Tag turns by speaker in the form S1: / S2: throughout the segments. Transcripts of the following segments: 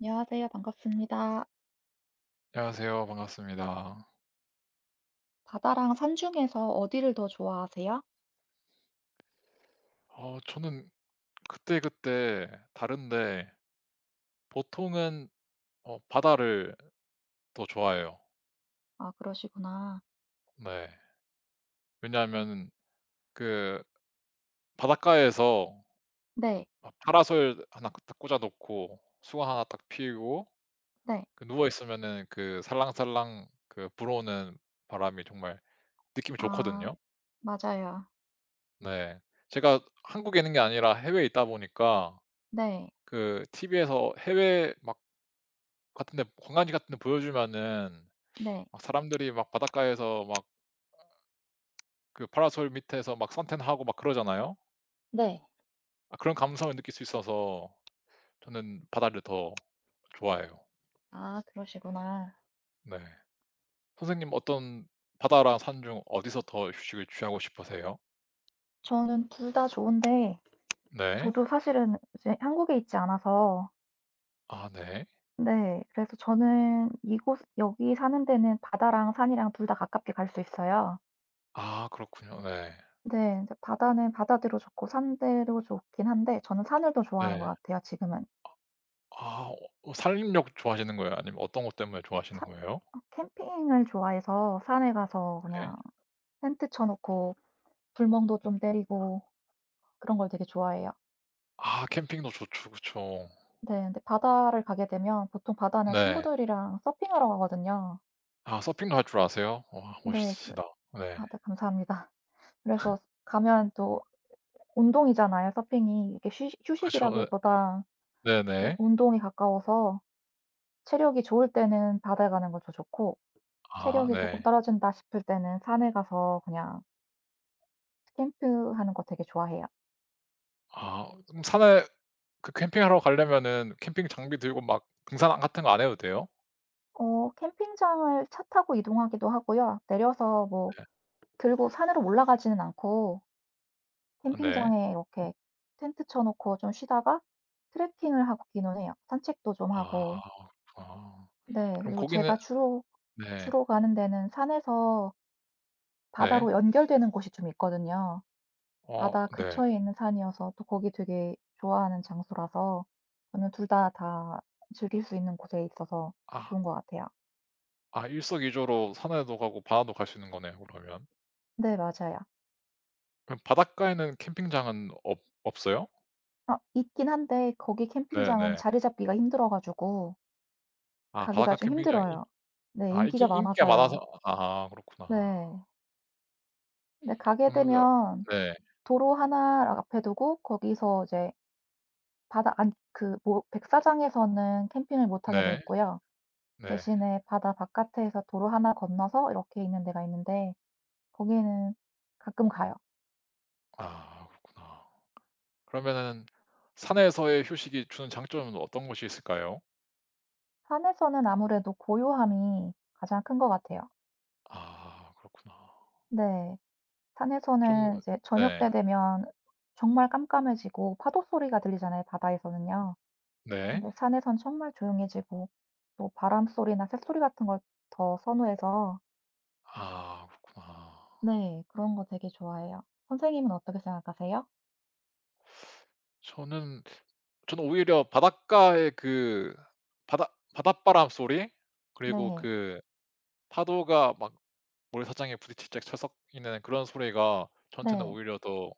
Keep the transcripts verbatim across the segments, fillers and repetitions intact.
S1: 안녕하세요. 반갑습니다.
S2: 안녕하세요. 반갑습니다.
S1: 바다랑 산 중에서 어디를 더 좋아하세요?
S2: 어 저는 그때그때 다른데 보통은 어 바다를 더 좋아해요.
S1: 아 그러시구나.
S2: 네. 왜냐하면 그 바닷가에서
S1: 네.
S2: 막 파라솔 하나 딱 꽂아 놓고 수건 하나 딱 피우고
S1: 네.
S2: 그 누워 있으면은 그 살랑살랑 그 불어오는 바람이 정말 느낌이
S1: 아
S2: 좋거든요.
S1: 맞아요.
S2: 네. 제가 한국에 있는 게 아니라 해외에 있다 보니까
S1: 네.
S2: 그 티비에서 해외 막 같은 데 관광지 같은 데 보여주면은
S1: 네.
S2: 막 사람들이 막 바닷가에서 막 그 파라솔 밑에서 막 선탠하고 막 그러잖아요.
S1: 네.
S2: 아 그런 감성을 느낄 수 있어서 저는 바다를 더 좋아해요.
S1: 아 그러시구나.
S2: 네. 선생님 어떤 바다랑 산 중 어디서 더 휴식을 취하고 싶으세요?
S1: 저는 둘 다 좋은데,
S2: 네.
S1: 저도 사실은 이제 한국에 있지 않아서,
S2: 아 네.
S1: 네 그래서 저는 이곳 여기 사는 데는 바다랑 산이랑 둘 다 가깝게 갈 수 있어요.
S2: 아 그렇군요. 네.
S1: 네. 이제 바다는 바다대로 좋고 산대로 좋긴 한데, 저는 산을 더 좋아하는
S2: 네.
S1: 것 같아요 지금은.
S2: 아 어 산림욕 좋아하시는 거예요? 아니면 어떤 것 때문에 좋아하시는
S1: 사
S2: 거예요?
S1: 어 캠핑을 좋아해서 산에 가서
S2: 네.
S1: 그냥 텐트 쳐 놓고 불멍도 좀 때리고 그런 걸 되게 좋아해요.
S2: 아 캠핑도 좋죠. 그쵸.
S1: 네. 근데 바다를 가게 되면 보통 바다는
S2: 네.
S1: 친구들이랑 서핑하러 가거든요.
S2: 아 서핑도 할 줄 아세요? 와
S1: 네. 그래
S2: 멋있으시다. 네.
S1: 아 네 감사합니다. 그래서 가면 또 운동이잖아요 서핑이. 이게 휴식
S2: 그쵸.
S1: 휴식이라기보다
S2: 예.
S1: 우
S2: 네네.
S1: 운동에 가까워서 체력이 좋을 때는 바다에 가는 것도 좋고,
S2: 아
S1: 체력이 쪼끔
S2: 네.
S1: 떨어진다 싶을 때는 산에 가서 그냥 캠프하는 거 되게 좋아해요.
S2: 아 그럼 산에 그 캠핑하러 가려면은 캠핑 장비 들고 막 등산 같은 거 안 해도 돼요?
S1: 어 캠핑장을 차 타고 이동하기도 하고요. 내려서 뭐
S2: 네.
S1: 들고 산으로 올라가지는 않고
S2: 아 네.
S1: 캠핑장에 이렇게 텐트 쳐 놓고 좀 쉬다가 트레킹을 하기는 해요. 산책도 좀
S2: 아
S1: 하고.
S2: 그렇구나.
S1: 네.
S2: 그럼
S1: 그리고
S2: 거기는
S1: 제가 주로
S2: 네.
S1: 주로 가는 데는 산에서
S2: 네.
S1: 바다로 연결되는 곳이 좀 있거든요.
S2: 어
S1: 바다
S2: 네.
S1: 근처에 있는 산이어서 또 거기 되게 좋아하는 장소라서 저는 둘 다, 다 즐길 수 있는 곳에 있어서 좋은
S2: 아
S1: 것 같아요.
S2: 아 일석이조로 산에도 가고 바다도 갈 수 있는 거네요 그러면.
S1: 네 맞아요.
S2: 그럼 바닷가에는 캠핑장은 없 없어요?
S1: 아 있긴 한데 거기 캠핑장은
S2: 네네.
S1: 자리 잡기가 힘들어 가지고
S2: 아
S1: 가기가
S2: 바닷가
S1: 좀
S2: 캠핑장이 인
S1: 힘들어요. 네
S2: 아
S1: 인기가
S2: 있긴 인기가 많아서
S1: 많아서요.
S2: 아 그렇구나.
S1: 네. 근데 가게
S2: 그러면은
S1: 되면
S2: 네.
S1: 도로 하 하나 앞에 두고 거기서 이제 바다 안 그 뭐 백사장에서는 캠핑을 못 하게 돼
S2: 네.
S1: 있고요.
S2: 네.
S1: 대신에 바다 바깥에서 도로 하나 건너서 이렇게 있는 데가 있는데 거기는 가끔 가요.
S2: 아 그렇구나. 그러면은 산에서의 휴식이 주는 장점은 어떤 것이 있을까요?
S1: 산에서는 아무래도 고요함이 가장 큰 것 같아요.
S2: 아 그렇구나.
S1: 네.
S2: 좀
S1: 산에서는 이제 저녁
S2: 네.
S1: 때 되면 정말 깜깜해지고 파도 소리가 들리잖아요, 바다에서는요.
S2: 네.
S1: 근데 산에선 정말 조용해지고 또 바람 소리나 새소리 같은 걸 더 선호해서,
S2: 아 그렇구나.
S1: 네 그런 거 되게 좋아해요. 선생님은 어떻게 생각하세요?
S2: 저는 저는 오히려 바닷가의 그 바다 바닷바람 소리 그리고
S1: 네.
S2: 그 파도가 막 모래사장에 부딪히짝 쳐섞이는 그런 소리가 저한테는
S1: 네.
S2: 오히려 더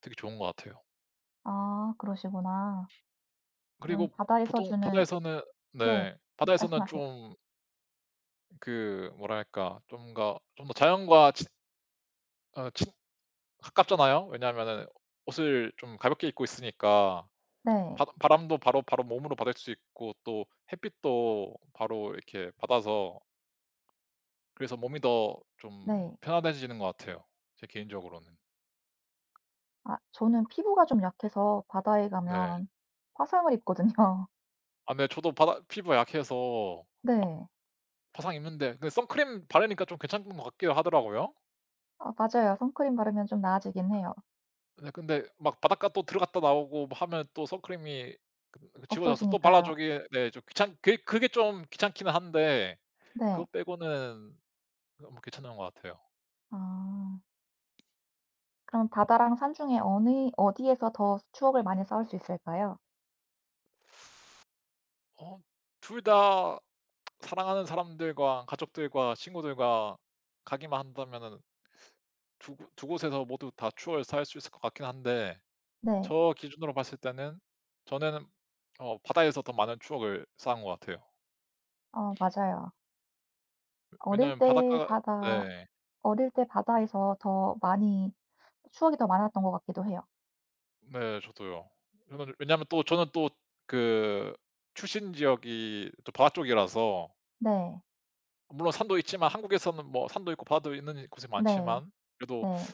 S2: 되게 좋은 것 같아요.
S1: 아 그러시구나. 음
S2: 그리고
S1: 바다에서
S2: 보통
S1: 주는.
S2: 바다에서는
S1: 네.
S2: 네 바다에서는
S1: 말씀하세요.
S2: 좀 그 뭐랄까 좀 더 좀 더 자연과 친어 가깝잖아요. 왜냐하면은 옷을 좀 가볍게 입고 있으니까
S1: 네.
S2: 바 바람도 바로 바로 몸으로 받을 수 있고 또 햇빛도 바로 이렇게 받아서 그래서 몸이 더 좀
S1: 네.
S2: 편안해지는 것 같아요, 제 개인적으로는.
S1: 아 저는 피부가 좀 약해서 바다에
S2: 네.
S1: 가면 화상을 입거든요.
S2: 아 네 저도 바다 피부가 약해서
S1: 네.
S2: 파상 입는데 근데 선크림 바르니까 좀 괜찮은 것 같기도 하더라고요.
S1: 아 맞아요. 선크림 바르면 좀 나아지긴 해요.
S2: 네 근데 막 바닷가 또 들어갔다 나오고 뭐 하면 또 선크림이 그 지워져서 또 발라
S1: 없어지니까요.
S2: 주기 네 좀 귀찮 그게 그게 좀 귀찮기는 한데
S1: 네.
S2: 그거 빼고는 너무 괜찮은 것 같아요.
S1: 아. 그럼 바다랑 산 중에 어느 어디에서 더 추억을 많이 쌓을 수 있을까요?
S2: 어 둘 다 사랑하는 사람들과 가족들과 친구들과 가기만 한다면은 두 곳 두 곳에서 모두 다 추억을 쌓을 수 있을 것 같긴 한데
S1: 네.
S2: 저 기준으로 봤을 때는 저는 어 바다에서 더 많은 추억을 쌓은 것 같아요.
S1: 어 맞아요. 어릴
S2: 왜냐하면
S1: 때
S2: 바닷가가
S1: 바다,
S2: 네.
S1: 어릴 때 바다에서 더 많이 추억이 더 많았던 것 같기도 해요.
S2: 네 저도요. 저는 왜냐하면 또 저는 또 그 출신 지역이 또 바다 쪽이라서
S1: 네.
S2: 물론 산도 있지만 한국에서는 뭐 산도 있고 바다도 있는 곳이
S1: 네.
S2: 많지만 그래도
S1: 네.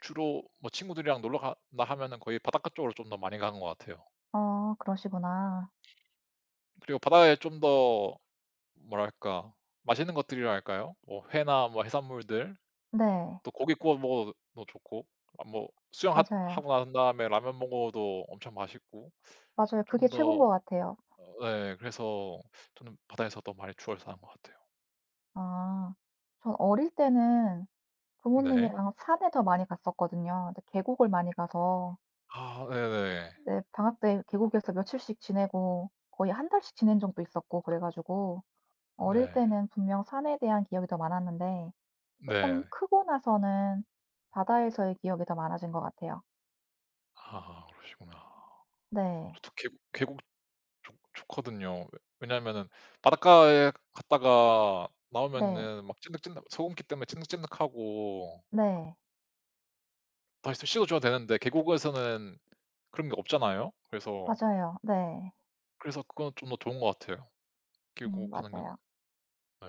S2: 주로 뭐 친구들이랑 놀러 간다 하면은 거의 바닷가 쪽으로 좀 더 많이 가는 것 같아요.
S1: 어 그러시구나.
S2: 그리고 바다에 좀 더 뭐랄까 맛있는 것들이라 할까요? 뭐 회나 뭐 해산물들
S1: 네.
S2: 또 고기 구워 먹어도 좋고 아 뭐 수영하
S1: 맞아요.
S2: 고 난 다음에 라면 먹어도 엄청 맛있고
S1: 맞아요.
S2: 좀
S1: 그게 최고인
S2: 더
S1: 것 같아요.
S2: 네 그래서 저는 바다에서 더 많이 주얼 사는 것 같아요.
S1: 아. 전 어릴 때는
S2: 네.
S1: 부모님이랑 산에 더 많이 갔었거든요. 근데 계곡을 많이 가서,
S2: 아 네네.
S1: 네. 방학 때 계곡에서 며칠씩 지내고 거의 한 달씩 지낸 적도 있었고 그래 가지고 어릴
S2: 네.
S1: 때는 분명 산에 대한 기억이 더 많았는데
S2: 네.
S1: 조금
S2: 네.
S1: 크고 나서는 바다에서의 기억이 더 많아진 것 같아요.
S2: 아 그러시구나.
S1: 네.
S2: 저도 계곡 계곡 좋 좋거든요. 왜냐하면은 바닷가에 갔다가
S1: 네.
S2: 나오면은 막 찐득찐득 소금기 때문에 찐득찐득하고
S1: 네.
S2: 다시 씻어 줘야 되는데 계곡에서는 그런 게 없잖아요. 그래서
S1: 맞아요. 네.
S2: 그래서 그건 좀 더 좋은 것 같아요.
S1: 음
S2: 계곡 가는 건.
S1: 맞아요.
S2: 네.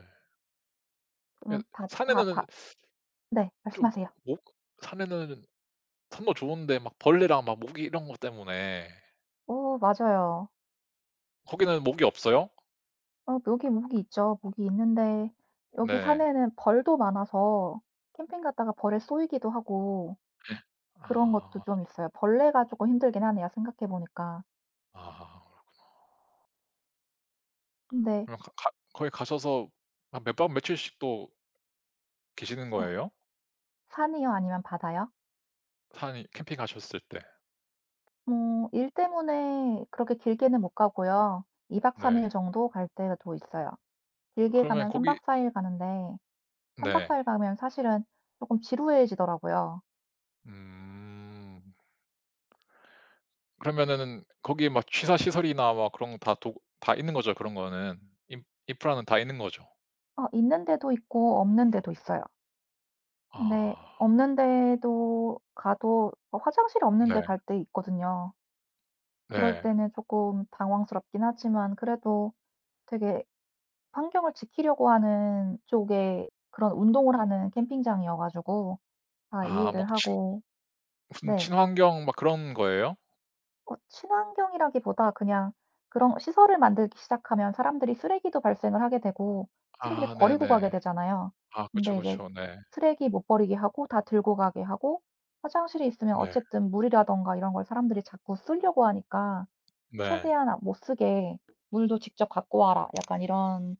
S2: 예
S1: 그러면 바 다
S2: 산에는
S1: 바 네.
S2: 좀
S1: 말씀하세요.
S2: 목 산에는 산도 좋은데 막 벌레랑 막 모기 이런 것 때문에
S1: 오 맞아요.
S2: 거기는 모기 없어요?
S1: 어 여기 모기 있죠. 모기 있는데 여기
S2: 네.
S1: 산에는 벌도 많아서 캠핑 갔다가 벌에 쏘이기도 하고 그런 것도
S2: 아.
S1: 좀 있어요. 벌레가 조금 힘들긴 하네요 생각해 보니까.
S2: 아.
S1: 근데
S2: 그럼 가 가 거기 가셔서 한 몇 밤 며칠씩 또 계시는
S1: 네.
S2: 거예요?
S1: 산이요 아니면 바다요?
S2: 산이 캠핑 가셨을 때.
S1: 뭐 일 때문에 그렇게 길게는 못 가고요. 이 박 3
S2: 네.
S1: 일 정도 갈 때가 또 있어요. 길게
S2: 그러면
S1: 가면 3
S2: 거기
S1: 박 사 일 가는데 삼 박
S2: 네.
S1: 사 일 가면 사실은 조금 지루해지더라고요.
S2: 음. 그러면은 거기 막 취사 시설이나 막 그런 거 다 도 다 있는 거죠, 그런 거는? 인 인프라는 다 있는 거죠?
S1: 어 있는 데도 있고 없는 데도 있어요. 근데
S2: 아.
S1: 없는 데도 가도 어 화장실이 없는
S2: 네.
S1: 데 갈 때 있거든요. 그럴
S2: 네.
S1: 때는 조금 당황스럽긴 하지만 그래도 되게 환경을 지키려고 하는 쪽의 그런 운동을 하는 캠핑장이어 가지고 다
S2: 아
S1: 이해를
S2: 막 친
S1: 하고.
S2: 무슨
S1: 네.
S2: 친환경 막 그런 거예요?
S1: 어 친환경이라기보다 그냥 그런 시설을 만들기 시작하면 사람들이 쓰레기도 발생을 하게 되고 쓰레기를
S2: 아
S1: 버리고 가게
S2: 네네.
S1: 되잖아요.
S2: 아 그쵸,
S1: 근데 이제
S2: 그쵸. 네.
S1: 쓰레기 못 버리게 하고 다 들고 가게 하고 화장실이 있으면
S2: 네.
S1: 어쨌든 물이라든가 이런 걸 사람들이 자꾸 쓰려고 하니까
S2: 네.
S1: 최대한 아 못 쓰게 "물도 직접 갖고 와라." 약간 이런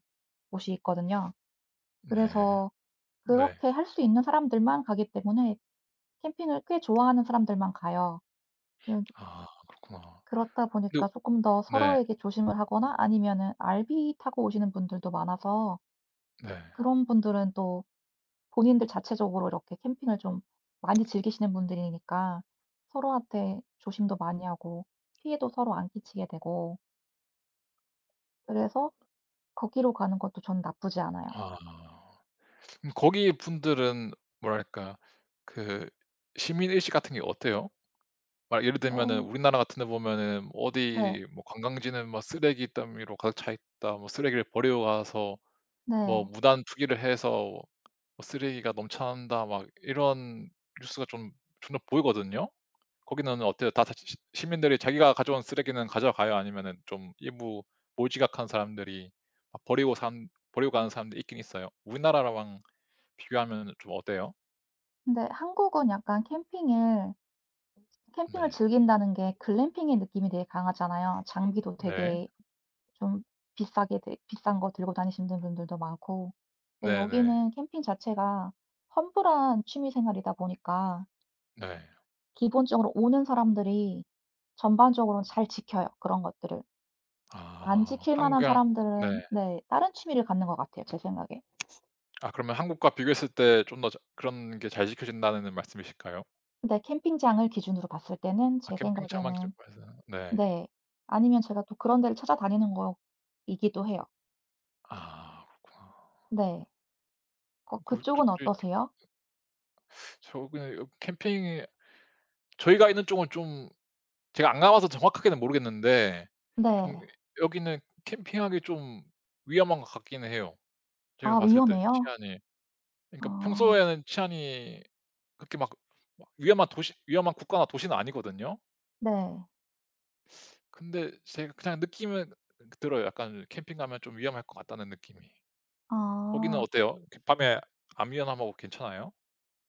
S1: 곳이 있거든요.
S2: 네.
S1: 그래서
S2: 네.
S1: 그렇게 할 수 있는 사람들만 가기 때문에 캠핑을 꽤 좋아하는 사람들만 가요. 음
S2: 아 그렇구나.
S1: 그렇다
S2: 근데
S1: 보니까 조금 더
S2: 네.
S1: 서로에게 조심을 하거나 아니면은 아르브이 타고 오시는 분들도 많아서
S2: 네.
S1: 그런 분들은 또 본인들 자체적으로 이렇게 캠핑을 좀 많이 즐기시는 분들이니까 서로한테 조심도 많이 하고 피해도 서로 안 끼치게 되고 그래서 거기로 가는 것도 저는 나쁘지 않아요.
S2: 아. 그럼 거기 분들은 뭐랄까 그 시민 의식 같은 게 어때요? 막 예를 들면은
S1: 어.
S2: 우리나라 같은 데 보면은
S1: 네.
S2: 어디 뭐 관광지는 뭐 쓰레기 더미로 가득 차 있다. 뭐 쓰레기를 버리고 가서 뭐
S1: 네.
S2: 무단 투기를 해서 뭐 쓰레기가 넘쳐난다. 막 이런 뉴스가 좀 종종 보이거든요. 거기는 어때요? 다 다 시- 시민들이 자기가 가져온 쓰레기는 가져가요? 아니면은 좀 일부 몰지각한 사람들이 막 버리고 산 버리고 가는 사람들이 있긴 있어요. 우리나라랑 비교하면 좀 어때요?
S1: 근데 한국은 약간 캠핑을 캠핑을
S2: 네.
S1: 즐긴다는 게 글램핑의 느낌이 되게 강하잖아요. 장비도
S2: 네.
S1: 되게 좀 비싸게 들- 비싼 거 들고 다니시는 분들도 많고. 근데
S2: 네네.
S1: 여기는 캠핑 자체가 험블한 취미 생활이다 보니까
S2: 네.
S1: 기본적으로 오는 사람들이 전반적으로는 잘 지켜요, 그런 것들을. 안
S2: 아
S1: 지킬 만한
S2: 한국이랑 네.
S1: 사람들은 네 다른 취미를 갖는 것 같아요, 제 생각에.
S2: 아 그러면 한국과 비교했을 때 좀 더 자 그런 게 잘 지켜진다는 말씀이실까요?
S1: 근데 캠핑장을 기준으로 봤을 때는
S2: 아
S1: 제
S2: 캠핑장만
S1: 생각에는.
S2: 기준으로 해서. 네.
S1: 네. 아니면 제가 또 그런 데를 찾아다니는 거이기도 해요.
S2: 아 그렇구나.
S1: 네. 거
S2: 그
S1: 그쪽은
S2: 그때
S1: 어떠세요?
S2: 저 그냥 여 캠핑이 저희가 있는 쪽은 좀 제가 안 가봐서 정확하게는 모르겠는데 좀
S1: 네.
S2: 여기는 캠핑하기 좀 위험한 것 같기는 해요. 제가
S1: 아
S2: 봤을 때
S1: 위험해요?
S2: 치안이. 그러니까
S1: 아
S2: 평소에는 치안이 그렇게 막 막 위험한 도시 위험한 국가나 도시는 아니거든요.
S1: 네.
S2: 근데 제가 그냥 느낌은 들어요. 약간 캠핑 가면 좀 위험할 것 같다는 느낌이. 거기는
S1: 아.
S2: 어때요? 이렇게 밤에 안 위험하고 괜찮아요?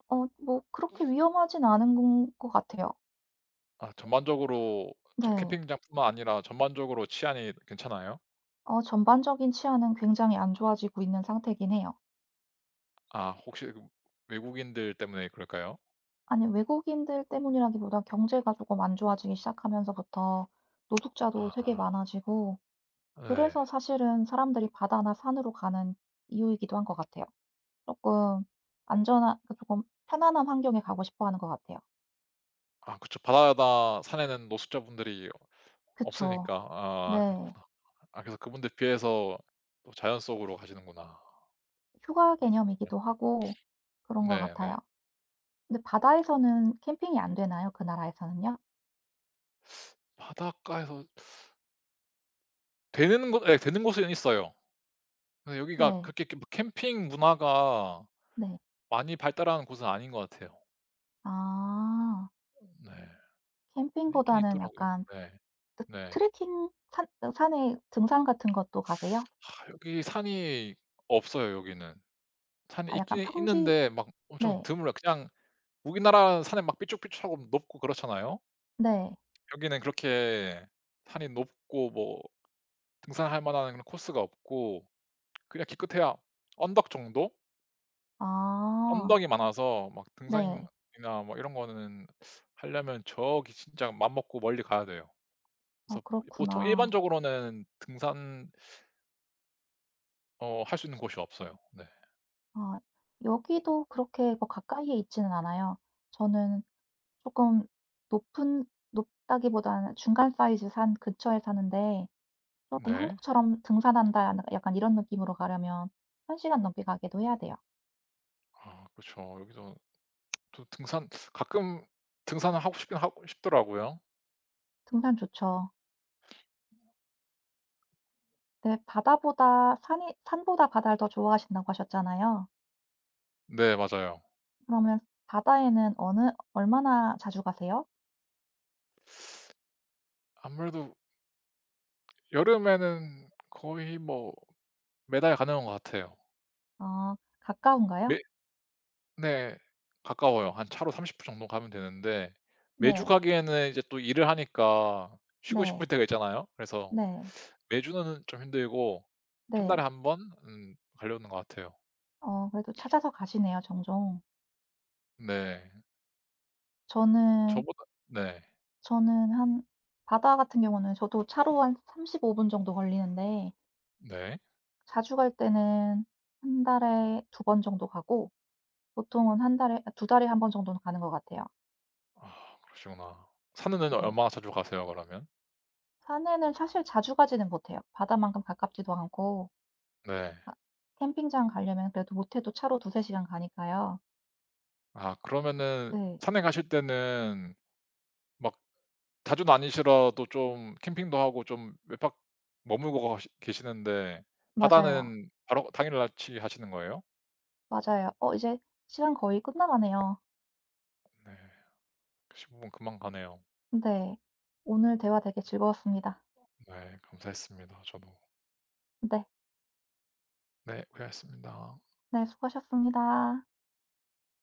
S1: 어 뭐 그렇게 위험하진 않은 건 것 같아요.
S2: 아 전반적으로 저
S1: 네.
S2: 캠핑장뿐만 아니라 전반적으로 치안이 괜찮아요?
S1: 어 전반적인 치안은 굉장히 안 좋아지고 있는 상태긴 해요.
S2: 아 혹시 그 외국인들 때문에 그럴까요?
S1: 아니 외국인들 때문이라기보다 경제가 조금 안 좋아지기 시작하면서부터 노숙자도 되게
S2: 아
S1: 많아지고,
S2: 네.
S1: 그래서 사실은 사람들이 바다나 산으로 가는 이유이기도 한 것 같아요. 조금 안전한 그 조금 편안한 환경에 가고 싶어 하는 것 같아요.
S2: 아 그쵸. 바다다 산에는 노숙자분들이
S1: 그쵸.
S2: 없으니까. 아
S1: 네.
S2: 그렇구나. 아 그래서 그분들 피해서 또 자연 속으로 가시는구나.
S1: 휴가
S2: 네.
S1: 개념이기도 하고 그런 것
S2: 네네.
S1: 같아요. 근데 바다에서는 캠핑이 안 되나요? 그 나라에서는요?
S2: 바닷가에서 되는 곳 예 되는 곳은 있어요. 근데 여기가
S1: 네.
S2: 그렇게 캠- 캠핑 문화가
S1: 네.
S2: 많이 발달한 곳은 아닌 것 같아요.
S1: 아.
S2: 네. 근데 있긴
S1: 캠핑보다는
S2: 있더라고요.
S1: 약간
S2: 네.
S1: 트
S2: 네.
S1: 트레킹 산 어 산에 등산 같은 것도 가세요?
S2: 하, 여기 산이 없어요 여기는. 산이
S1: 아
S2: 있
S1: 약간
S2: 긴
S1: 평지.
S2: 있는데 막 엄청
S1: 네.
S2: 드물어요. 그냥 우리나라 산에 막 삐쭉삐쭉하고 높고 그렇잖아요.
S1: 네.
S2: 여기는 그렇게 산이 높고 뭐 등산할 만한 그런 코스가 없고 그냥 기껏해야 언덕 정도?
S1: 아.
S2: 언덕이 많아서 막
S1: 네.
S2: 등산이나 뭐 이런 거는 하려면 저기 진짜 맘 먹고 멀리 가야 돼요.
S1: 아
S2: 그래서 보통
S1: 그렇구나.
S2: 일반적으로는 등산 어 할 수 있는 곳이 없어요. 네.
S1: 아 여기도 그렇게 뭐 가까이에 있지는 않아요. 저는 조금 높은, 높다기보다는 중간 사이즈 산 근처에 사는데 조금
S2: 네.
S1: 한국처럼 등산한다 약간 이런 느낌으로 가려면 한 시간 넘게 가기도 해야 돼요.
S2: 아그죠 여기서 또 등산 가끔 등산을 하고 싶긴 하고 싶더라고요.
S1: 등산 좋죠. 근데 바다보다 산이, 산보다 바다를 더 좋아하신다고 하셨잖아요.
S2: 네 맞아요.
S1: 그러면 바다에는 어느 얼마나 자주 가세요?
S2: 아무래도 여름에는 거의 뭐 매달 가는 것 같아요.
S1: 어 가까운가요?
S2: 매 네. 가까워요. 한 차로 삼십 분 정도 가면 되는데 매주
S1: 네.
S2: 가기에는 이제 또 일을 하니까 쉬고 싶을
S1: 네.
S2: 때가 있잖아요. 그래서
S1: 네.
S2: 매주는 좀 힘들고 한
S1: 네.
S2: 달에 한 번 음 가려는 것 같아요.
S1: 어 그래도 찾아서 가시네요 종종.
S2: 네.
S1: 저는
S2: 저보다 네.
S1: 저는 한 바다 같은 경우는 저도 차로 한 삼십오 분 정도 걸리는데
S2: 네.
S1: 자주 갈 때는 한 달에 두 번 정도 가고 보통은 한 달에 아 두 달에 한 번 정도는 가는 것 같아요.
S2: 아 그러시구나. 산에는
S1: 네.
S2: 얼마나 자주 가세요 그러면?
S1: 산에는 사실 자주 가지는 못해요. 바다만큼 가깝지도 않고,
S2: 네.
S1: 아 캠핑장 가려면 그래도 못해도 차로 두세 시간 가니까요.
S2: 아 그러면은
S1: 네.
S2: 산에 가실 때는 막 자주 다니시더라도 좀 캠핑도 하고 좀 외박 머물고 가시 계시는데
S1: 맞아요.
S2: 바다는 바로 당일 날치 하시는 거예요?
S1: 맞아요. 어 이제 시간 거의 끝나가네요.
S2: 네. 십오 분 금방 가네요.
S1: 네. 오늘 대화 되게 즐거웠습니다.
S2: 네. 감사했습니다, 저도.
S1: 네.
S2: 네. 고생하셨습니다.
S1: 네 수고하셨습니다.